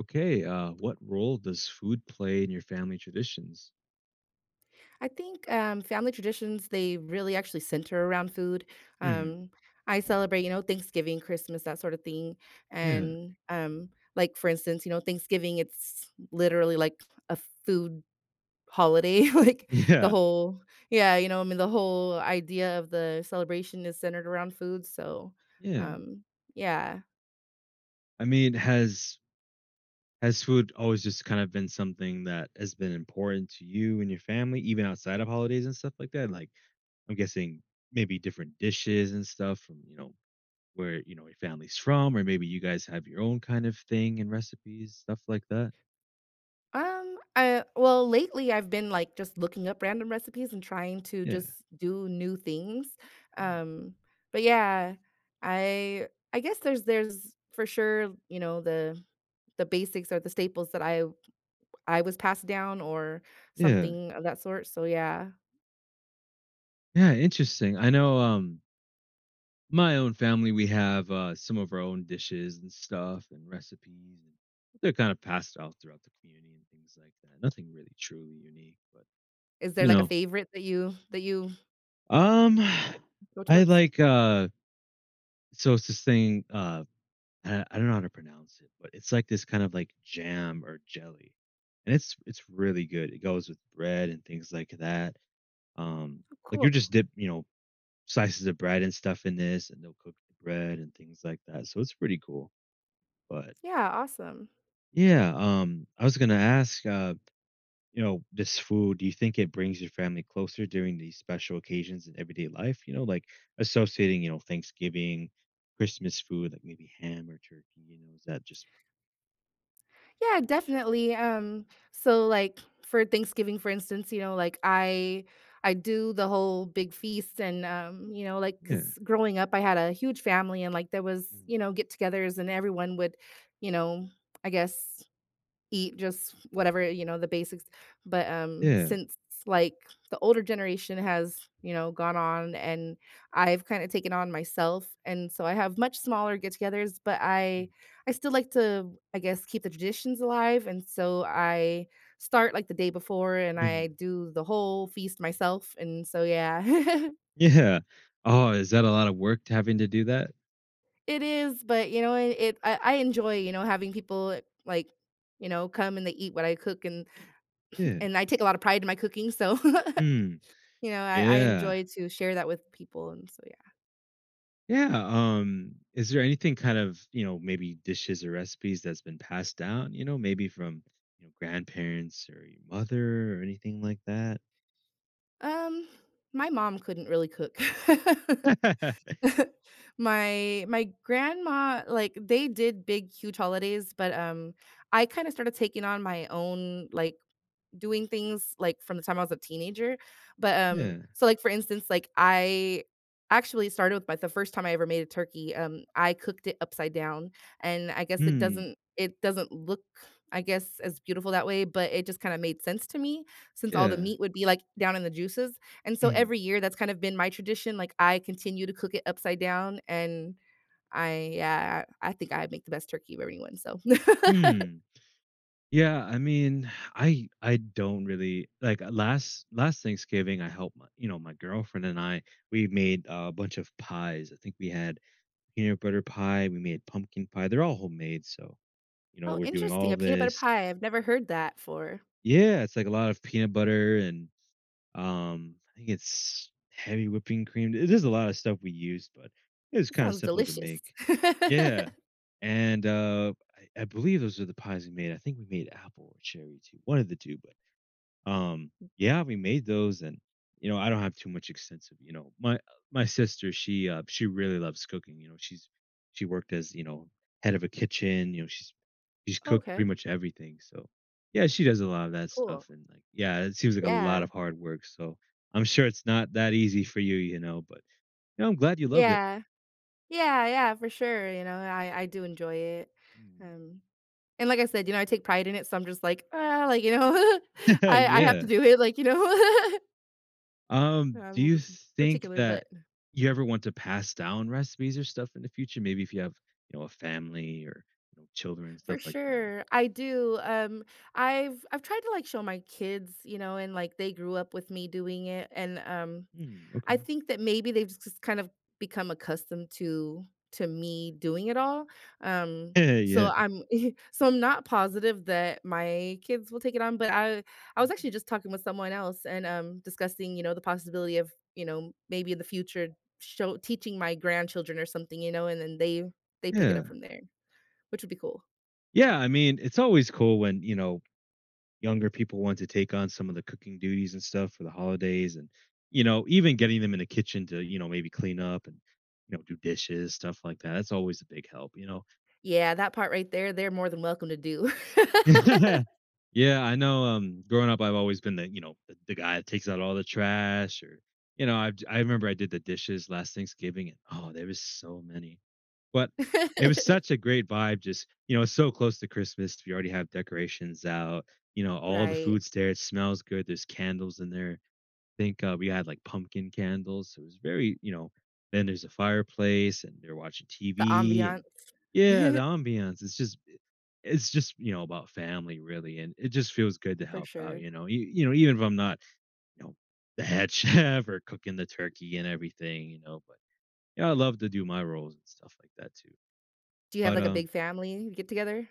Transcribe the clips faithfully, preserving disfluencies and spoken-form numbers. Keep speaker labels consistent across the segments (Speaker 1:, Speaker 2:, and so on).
Speaker 1: Okay, uh, what role does food play in your family traditions?
Speaker 2: I think um, family traditions they really actually center around food.
Speaker 1: Hmm.
Speaker 2: Um, I celebrate, you know, Thanksgiving, Christmas, that sort of thing,
Speaker 1: Yeah.
Speaker 2: and um, like for instance, you know, Thanksgiving it's literally like a food holiday. Like the
Speaker 1: Yeah,
Speaker 2: whole, yeah, you know, I mean, the whole idea of the celebration is centered around food. So,
Speaker 1: yeah.
Speaker 2: um, yeah,
Speaker 1: I mean, has has food always just kind of been something that has been important to you and your family, even outside of holidays and stuff like that? Like, I'm guessing maybe different dishes and stuff from you know where you know your family's from, or maybe you guys have your own kind of thing and recipes, stuff like that.
Speaker 2: Um, I well, lately I've been like just looking up random recipes and trying to
Speaker 1: Yeah.
Speaker 2: just do new things.
Speaker 1: Mm.
Speaker 2: Um, but yeah, I I guess there's there's for sure, you know, the the basics or the staples that I I was passed down or
Speaker 1: Yeah,
Speaker 2: something of that sort. So yeah.
Speaker 1: yeah. Interesting. I know. Um, My own family, we have uh, some of our own dishes and stuff and recipes, and they're kind of passed out throughout the community and things like that. Nothing really truly unique, but
Speaker 2: Is there
Speaker 1: you
Speaker 2: like a
Speaker 1: know,
Speaker 2: favorite that you that you
Speaker 1: um,
Speaker 2: go
Speaker 1: I
Speaker 2: towards?
Speaker 1: like uh, so it's this thing uh, I, I don't know how to pronounce it, but it's like this kind of like jam or jelly, and it's it's really good. It goes with bread and things like that. Um,
Speaker 2: Oh,
Speaker 1: like you
Speaker 2: cool.
Speaker 1: just dip, you know, slices of bread and stuff in this, and they'll cook the bread and things like that. So it's pretty cool, but
Speaker 2: Yeah, awesome.
Speaker 1: yeah, um, I was gonna ask, uh, you know, this food, do you think it brings your family closer during these special occasions in everyday life? You know, like associating, you know, Thanksgiving, Christmas food, like maybe ham or turkey, you know, is that just
Speaker 2: Yeah, definitely. Um, so like for Thanksgiving, for instance, you know, like I I do the whole big feast and um, you know, like
Speaker 1: yeah,
Speaker 2: because growing up I had a huge family and like there was,
Speaker 1: mm,
Speaker 2: you know, get togethers and everyone would, you know, I guess eat just whatever, you know, the basics, but, um,
Speaker 1: yeah,
Speaker 2: since, like, the older generation has, you know, gone on and I've kinda taken on myself, and so I have much smaller get-togethers, but
Speaker 1: mm.
Speaker 2: I I still like to, I guess, keep the traditions alive, and so I start, like, the day before, and I
Speaker 1: Mm,
Speaker 2: do the whole feast myself, and so, yeah.
Speaker 1: yeah. Oh, is that a lot of work to having to do that?
Speaker 2: It is, but, you know, it it I I enjoy, you know, having people, like, you know, come and they eat what I cook, and
Speaker 1: Yeah.
Speaker 2: and I take a lot of pride in my cooking, so
Speaker 1: Mm,
Speaker 2: You know, I I
Speaker 1: yeah.
Speaker 2: enjoy to share that with people, and so,
Speaker 1: Yeah, um, is there anything kind of, you know, maybe dishes or recipes that's been passed down, you know, maybe from, you know, grandparents or your mother or anything like that?
Speaker 2: yeah. Um, my mom couldn't really cook. My my grandma, like, they did big, huge holidays, but, um, I kinda started taking on my own, like, doing things like from the time I was a teenager. But um,
Speaker 1: Yeah.
Speaker 2: so like for instance, like I actually started with my the first time I ever made a turkey. Um, I cooked it upside down, and I guess it
Speaker 1: Mm,
Speaker 2: doesn't it doesn't look I guess as beautiful that way, but it just kind of made sense to me since all the
Speaker 1: yeah.
Speaker 2: meat would be like down in the juices. And so
Speaker 1: Mm,
Speaker 2: every year that's kind of been my tradition. Like I continue to cook it upside down and I yeah, I think I make the best turkey of everyone. So
Speaker 1: mm. Yeah, I mean, I I don't really like uh, last last Thanksgiving I helped my you know, my girlfriend and I, we made uh, a bunch of pies. I think we had peanut butter pie, we made pumpkin pie. They're all homemade, so, you know,
Speaker 2: Oh,
Speaker 1: we're doing
Speaker 2: interesting. A
Speaker 1: all
Speaker 2: peanut butter
Speaker 1: this.
Speaker 2: pie. I've never heard that for
Speaker 1: Yeah, it's like a lot of peanut butter and, um, I think it's heavy whipping cream. It is a lot of stuff we used, but it was
Speaker 2: it
Speaker 1: kinda
Speaker 2: sounds
Speaker 1: simple to
Speaker 2: delicious.
Speaker 1: make. Yeah, and, uh, I I believe those are the pies we made. I think we made apple or cherry too, one of the two, but um, yeah, we made those and you know, I don't have too much extensive, you know. My my sister, she uh she really loves cooking, you know. She's she worked as, you know, head of a kitchen, you know, she's she's cooked
Speaker 2: Okay,
Speaker 1: pretty much everything. So, yeah, she does a lot of that
Speaker 2: cool.
Speaker 1: stuff and like yeah, it seems like a lot
Speaker 2: Yeah,
Speaker 1: of hard work. So, I'm sure it's not that easy for you, you know, but you know, I'm glad you love it.
Speaker 2: yeah, yeah, yeah, for sure, you know, I I do enjoy it, um, and like I said, you know, I take pride in it, so I'm just like, "Ah," like, you know, I I have to
Speaker 1: Yeah.
Speaker 2: do it, like, you know,
Speaker 1: Um,
Speaker 2: I'm
Speaker 1: do
Speaker 2: a
Speaker 1: you
Speaker 2: little
Speaker 1: think
Speaker 2: particular, but
Speaker 1: that you ever want to pass down recipes or stuff in the future? Maybe if you have, you know, a family or you know, children,
Speaker 2: for
Speaker 1: stuff like that.
Speaker 2: sure, I do, um, I've I've tried to, like, show my kids, you know, and, like, they grew up with me doing it, and, um
Speaker 1: Mm,
Speaker 2: I
Speaker 1: okay.
Speaker 2: think that maybe they've just kind of become accustomed to to me doing it all, um,
Speaker 1: Yeah,
Speaker 2: so
Speaker 1: yeah.
Speaker 2: I'm so I'm not positive that my kids will take it on, but I I was actually
Speaker 1: Mhm.
Speaker 2: just talking with someone else and, um, discussing, you know, the possibility of, you know, maybe in the future show teaching my grandchildren or something, you know, and then they they pick it up
Speaker 1: Yeah,
Speaker 2: from there, which would be cool.
Speaker 1: yeah. I mean, it's always cool when you know younger people want to take on some of the cooking duties and stuff for the holidays, and you know, even getting them in the kitchen to you know maybe clean up and you know do dishes, stuff like that. That's always a big help. You know,
Speaker 2: Yeah, that part right there, they're more than welcome to do.
Speaker 1: yeah, I know, um, growing up, I've always been the, you know, the, the guy that takes out all the trash or, you know, I I remember I did the dishes last Thanksgiving and oh, there was so many. But it was such a great vibe just, you know, it's so close to Christmas. We already have decorations out, you know, all the
Speaker 2: Right,
Speaker 1: food's there, it smells good, there's candles in there think, uh, we had, like, pumpkin candles, so it was very you know, then there's a fireplace, and they're watching
Speaker 2: the
Speaker 1: T V,
Speaker 2: ambiance.
Speaker 1: and yeah, the ambiance, it's just eh, it's just, you know, about family, really, and it just feels good to
Speaker 2: For
Speaker 1: help out,
Speaker 2: sure.
Speaker 1: you know? You you know, even if I'm not, you know, the head chef or cooking the turkey and everything, you know, but, yeah, I love to do my roles and stuff like that too.
Speaker 2: Do you have,
Speaker 1: But,
Speaker 2: like, a
Speaker 1: um
Speaker 2: big family get-together?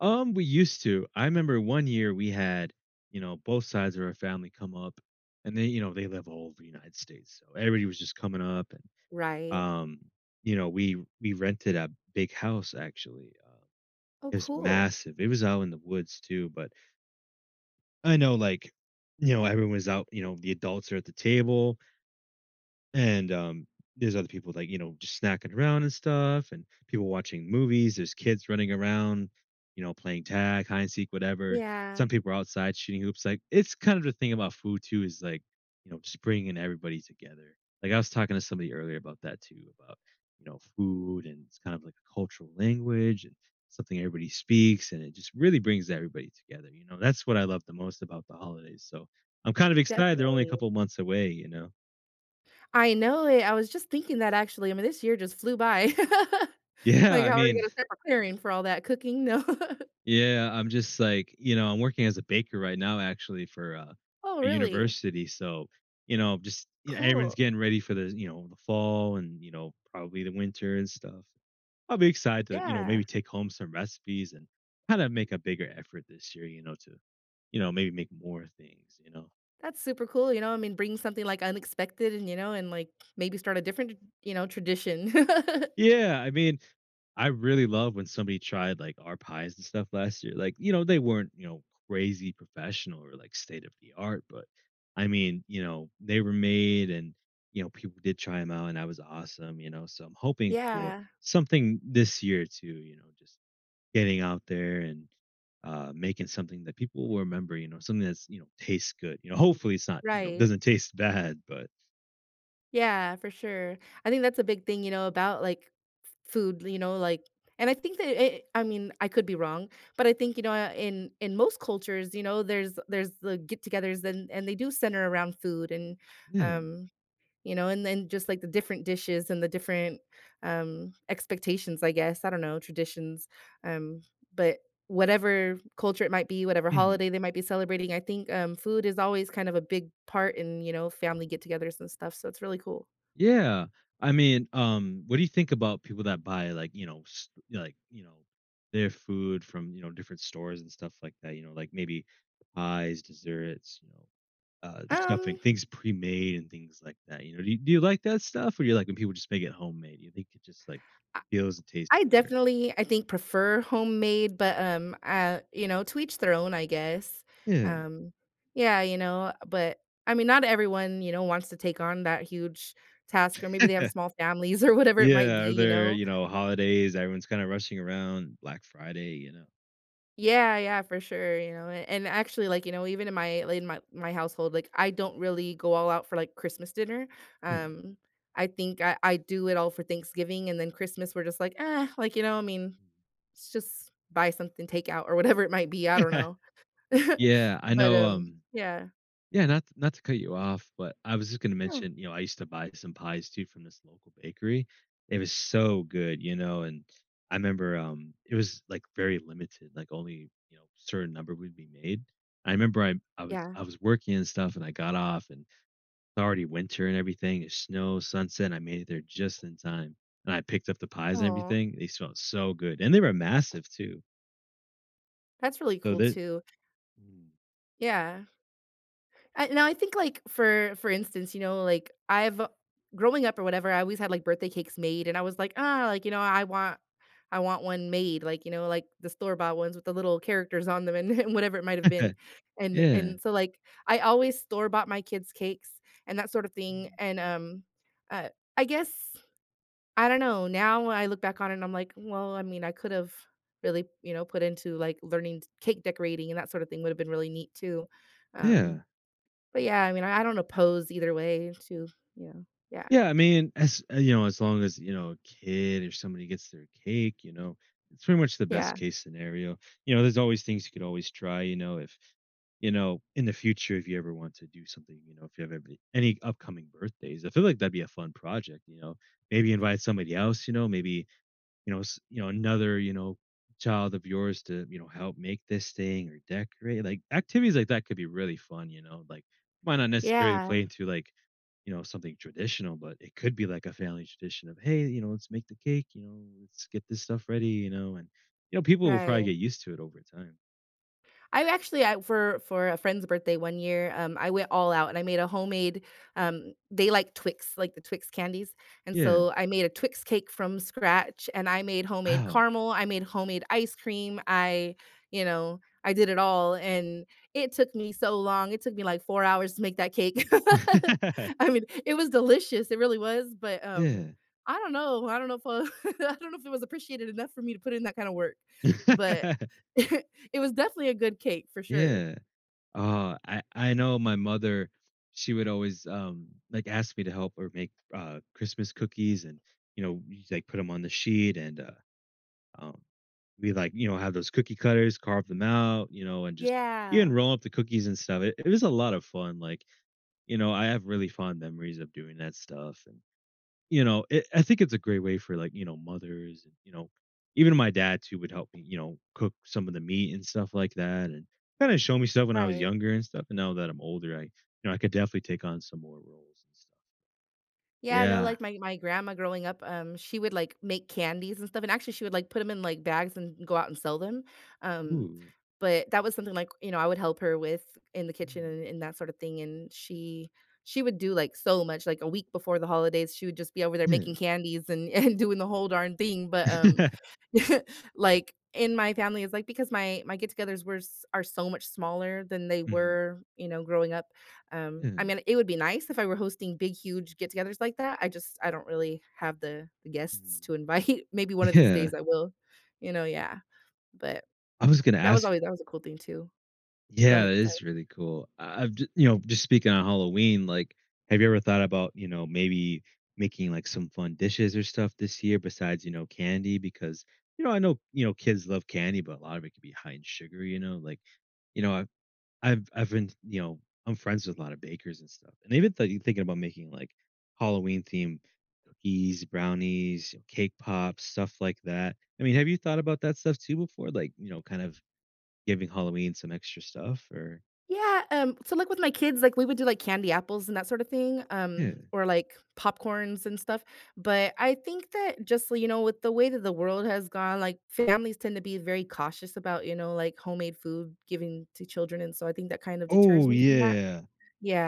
Speaker 1: um, we used to. I remember one year we had, you know, both sides of our family come up, and they, you know, they live all over the United States, so everybody was just coming up, and
Speaker 2: Right.
Speaker 1: um, you know, we we rented a big house actually. Uh,
Speaker 2: Oh,
Speaker 1: it was
Speaker 2: cool.
Speaker 1: massive. It was out in the woods too, but I know, like, you know, everyone was out. You know, the adults are at the table, and, um, there's other people, like, you know, just snacking around and stuff, and people watching movies. There's kids running around, you know, playing tag, hide and seek, whatever.
Speaker 2: Yeah,
Speaker 1: Some people are outside shooting hoops. Like, it's kind of the thing about food too is like, you know, just bringing everybody together. Like I was talking to somebody earlier about that too, about, you know, food and it's kind of like a cultural language and something everybody speaks and it just really brings everybody together. You know, that's what I love the most about the holidays. So I'm kind of excited. They're only a
Speaker 2: definitely.
Speaker 1: couple months away, you know?
Speaker 2: I know it, I was just thinking that actually, I mean, this year just flew by.
Speaker 1: Yeah.
Speaker 2: Like,
Speaker 1: I
Speaker 2: how are you
Speaker 1: mean,
Speaker 2: going to start preparing for all that cooking? No.
Speaker 1: yeah, I'm just like, you know, I'm working as a baker right now actually for uh,
Speaker 2: Oh,
Speaker 1: a
Speaker 2: really?
Speaker 1: university. So, you know, just you know, everyone's
Speaker 2: Cool.
Speaker 1: getting ready for the, you know, the fall and, you know, probably the winter and stuff. I'll be excited to, you know,
Speaker 2: Yeah.
Speaker 1: maybe take home some recipes and kind of make a bigger effort this year, you know, to, you know, maybe make more things, you know.
Speaker 2: That's super cool, you know, I mean, bring something, like, unexpected and, you know, and, like, maybe start a different, you know, tradition.
Speaker 1: Yeah, I mean, I really love when somebody tried like our pies and stuff last year. Like, you know, they weren't, you know, crazy professional or like state of the art, but I mean, you know, they were made and, you know, people did try them out and that was awesome, you know. So I'm hoping for
Speaker 2: Yeah,
Speaker 1: something this year too, you know, just getting out there and uh making something that people will remember, you know, something that's, you know, tastes good. You know, hopefully it's not, you know,
Speaker 2: right.
Speaker 1: doesn't taste bad, but
Speaker 2: Yeah, for sure. I think that's a big thing, you know, about, like, f food, you know, like and I think that it I mean, I could be wrong, but I think, you know, uh, in in most cultures, you know, there's there's the get-togethers and and they do center around food and,
Speaker 1: yeah.
Speaker 2: um, you know, and then just, like, the different dishes and the different, um, expectations, I guess, I don't know, traditions, um, but whatever culture it might be, whatever
Speaker 1: Mhm.
Speaker 2: holiday they might be celebrating, I think, um, food is always kind of a big part in, you know, family get-togethers and stuff, so it's really cool.
Speaker 1: Yeah. I mean, um, what do you think about people that buy like, you know, s- like, you know, their food from, you know, different stores and stuff like that, you know, like maybe pies, desserts, you know, uh, stuffing,
Speaker 2: Um,
Speaker 1: things pre-made and things like that. You know, do you, do you like that stuff or you like when people just make it homemade? You think it just like
Speaker 2: I
Speaker 1: feels and tastes
Speaker 2: I
Speaker 1: better?
Speaker 2: definitely, I think, prefer homemade, but, um, uh, you know, to each their own, I guess.
Speaker 1: Yeah.
Speaker 2: Um, yeah, you know, but I mean, not everyone, you know, wants to take on that huge task, or maybe they have small families or whatever it might
Speaker 1: Yeah.
Speaker 2: be,
Speaker 1: Are
Speaker 2: you
Speaker 1: there,
Speaker 2: know?
Speaker 1: you know, holidays, everyone's kind of rushing around Black Friday, you know?
Speaker 2: Yeah, yeah, for sure, you know, and, and actually, like, you know, even in my like, in my my household, like, I don't really go all out for like Christmas dinner.
Speaker 1: Yeah.
Speaker 2: Um, I think I, I do it all for Thanksgiving, and then Christmas, we're just like, ah, like, you know, I mean, it's just buy something, take out or whatever it might be, I don't know.
Speaker 1: Yeah, I
Speaker 2: But,
Speaker 1: know.
Speaker 2: um,
Speaker 1: Um,
Speaker 2: yeah.
Speaker 1: Yeah, not not to cut you off, but I was just gonna
Speaker 2: No
Speaker 1: mention, you know, I used to buy some pies too from this local bakery. It was so good, you know, and I remember um it was like very limited, like only, you know, certain number would be made. I remember I I was I
Speaker 2: yeah.
Speaker 1: was working and stuff and I got off and it's already winter and everything, it's snow, sunset, and I made it there just in time. And I picked up the pies and
Speaker 2: Oh,
Speaker 1: everything. They smelled so good. And they were massive too.
Speaker 2: that's really
Speaker 1: So
Speaker 2: cool
Speaker 1: there's
Speaker 2: too. Yeah. I now I think, like, for for instance, you know, like, I've uh, growing up or whatever, I always had, like, birthday cakes made, and I was like, "Ah," like, you know, "I want I want one made," like, you know, like, the store-bought ones with the little characters on them and and whatever it might have been. And
Speaker 1: yeah.
Speaker 2: and so, like, I always store-bought my kids' cakes and that sort of thing,
Speaker 1: Mm.
Speaker 2: and, um, uh, I guess I don't know. Now I look back on it and I'm like, well, I mean, I could have really, you know, put into like learning t- cake decorating and that sort of thing would have been really neat too. Um,
Speaker 1: Yeah.
Speaker 2: but yeah, I mean, I, I don't oppose either way to, you know, yeah,
Speaker 1: Yeah, I mean, as uh, you know, as long as you know a kid or somebody gets their cake, you know, it's pretty much the
Speaker 2: yeah,
Speaker 1: best case scenario. You know, there's always things you could always try. You know, if you know in the future, if you ever want to do something, you know, if you have every, any upcoming birthdays, I feel like that'd be a fun project. You know, maybe invite somebody else. You know, maybe you know, s- you know, another, you know, child of yours to, you know, help make this thing or decorate. Like activities like that could be really fun, you know. Like might not necessarily
Speaker 2: yeah,
Speaker 1: play into like, you know, something traditional, but it could be like a family tradition of, hey, you know, let's make the cake, you know, let's get this stuff ready, you know, and you know, people will probably
Speaker 2: right.
Speaker 1: get used to it over time.
Speaker 2: I actually I for for a friend's birthday one year, um, I went all out and I made a homemade, um they like Twix, like the Twix candies, and
Speaker 1: Yeah.
Speaker 2: so I made a Twix cake from scratch, and I made homemade
Speaker 1: Wow.
Speaker 2: caramel, I made homemade ice cream, I you know, I did it all, and it took me so long, it took me like four hours to make that cake. I mean, it was delicious, it really was, but, um,
Speaker 1: Yeah.
Speaker 2: I don't know, I don't know if, uh, I don't know if it was appreciated enough for me to put in that kind of work, but it was definitely a good cake for sure.
Speaker 1: Yeah. Oh, I I know my mother, she would always, um, like, ask me to help her make, uh, Christmas cookies and, you know, you, like, put them on the sheet and, uh, um, we, like, you know, have those cookie cutters, carve them out, you know, and just even
Speaker 2: Yeah,
Speaker 1: roll up the cookies and stuff. It it was a lot of fun, like, you know, I have really fond memories of doing that stuff and you know, it, I think it's a great way for like you know mothers and you know even my dad too would help me you know cook some of the meat and stuff like that and kind of show me stuff when I was
Speaker 2: right.
Speaker 1: younger and stuff. And now that I'm older, I you know I could definitely take on some more roles and stuff.
Speaker 2: Yeah, no,
Speaker 1: Yeah.
Speaker 2: like, my my grandma growing up, um, she would, like, make candies and stuff, and actually, she would, like, put them in, like, bags and go out and sell them, um,
Speaker 1: Ooh.
Speaker 2: but that was something, like, you know, I would help her with in the kitchen and
Speaker 1: Mm.
Speaker 2: and that sort of thing, and she she would do, like, so much, like, a week before the holidays, she would just be over there
Speaker 1: Yeah.
Speaker 2: making candies and and doing the whole darn thing, but, um, like, in my family, it's, like, because my my get-togethers were s are so much smaller than they
Speaker 1: Mhm.
Speaker 2: were, you know, growing up, um, I
Speaker 1: Yeah.
Speaker 2: mean, it would be nice if I were hosting big, huge get-togethers like that. I just I don't really have the the guests
Speaker 1: Mhm.
Speaker 2: to invite. Maybe one of these
Speaker 1: Yeah.
Speaker 2: days I will, you know, yeah. But
Speaker 1: I was gonna
Speaker 2: that was
Speaker 1: ask
Speaker 2: always that was a cool thing too. Go
Speaker 1: yeah,
Speaker 2: ahead,
Speaker 1: that
Speaker 2: sorry.
Speaker 1: is really cool. I- I've ju you know, just speaking on Halloween, like, have you ever thought about, you know, maybe making, like, some fun dishes or stuff this year besides, you know, candy? Because, you know, I know, you know, kids love candy, but a lot of it could be high in sugar, you know? Like, you know, I've I've I've been, you know, I'm friends with a lot of bakers and stuff, and they've been thi thinking about making, like, Halloween themed cookies, brownies, cake pops, stuff like that. I mean, have you thought about that stuff too before? Like, you know, kind of giving Halloween some extra stuff or
Speaker 2: Yeah, um, so, like, with my kids, like, we would do, like, candy apples and that sort of thing, um,
Speaker 1: yeah.
Speaker 2: or, like, popcorns and stuff, but I think that just, you know, with the way that the world has gone, like, families tend to be very cautious about, you know, like, homemade food giving to children, and so I think that kind of deters
Speaker 1: Oh,
Speaker 2: me from that.
Speaker 1: yeah.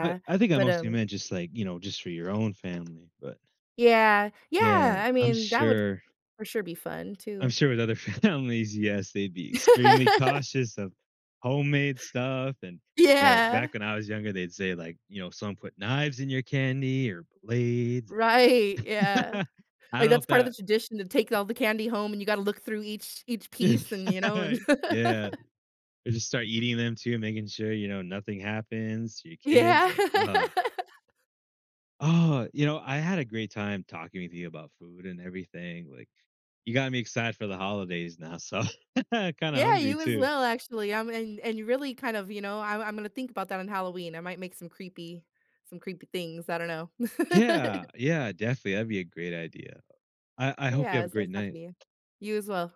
Speaker 1: I I think I
Speaker 2: but,
Speaker 1: mostly
Speaker 2: um
Speaker 1: meant just, like, you know, just for your own family, but
Speaker 2: yeah,
Speaker 1: yeah,
Speaker 2: yeah, I
Speaker 1: I'm
Speaker 2: mean, that would
Speaker 1: sure
Speaker 2: for sure be fun
Speaker 1: I'm
Speaker 2: too.
Speaker 1: sure with other families, yes, they'd be extremely cautious of homemade stuff, and, you know,
Speaker 2: Yeah,
Speaker 1: back when I was younger, they'd say, like, you know, "Some put knives in your candy or blades."
Speaker 2: right, yeah,
Speaker 1: I don't
Speaker 2: like,
Speaker 1: know
Speaker 2: that's
Speaker 1: if
Speaker 2: part of the
Speaker 1: that
Speaker 2: tradition to take all the candy home, and you gotta look through each each piece and, you know, and
Speaker 1: yeah, or just start eating them too, making sure, you know, nothing happens to your kids,
Speaker 2: Yeah.
Speaker 1: like, ugh. Oh, you know, I had a great time talking with you about food and everything. Like, you got me excited for the holidays now, so kind of
Speaker 2: Yeah,
Speaker 1: hungry
Speaker 2: you as
Speaker 1: too.
Speaker 2: well, actually, um, and and you really kind of, you know, I'm I'm gonna think about that on Halloween, I might make some creepy some creepy things, I don't know.
Speaker 1: Yeah, yeah, definitely. That'd be a great idea. I, I hope you
Speaker 2: Yeah,
Speaker 1: have a
Speaker 2: it's nice
Speaker 1: great
Speaker 2: talking
Speaker 1: night.
Speaker 2: to you. You as well.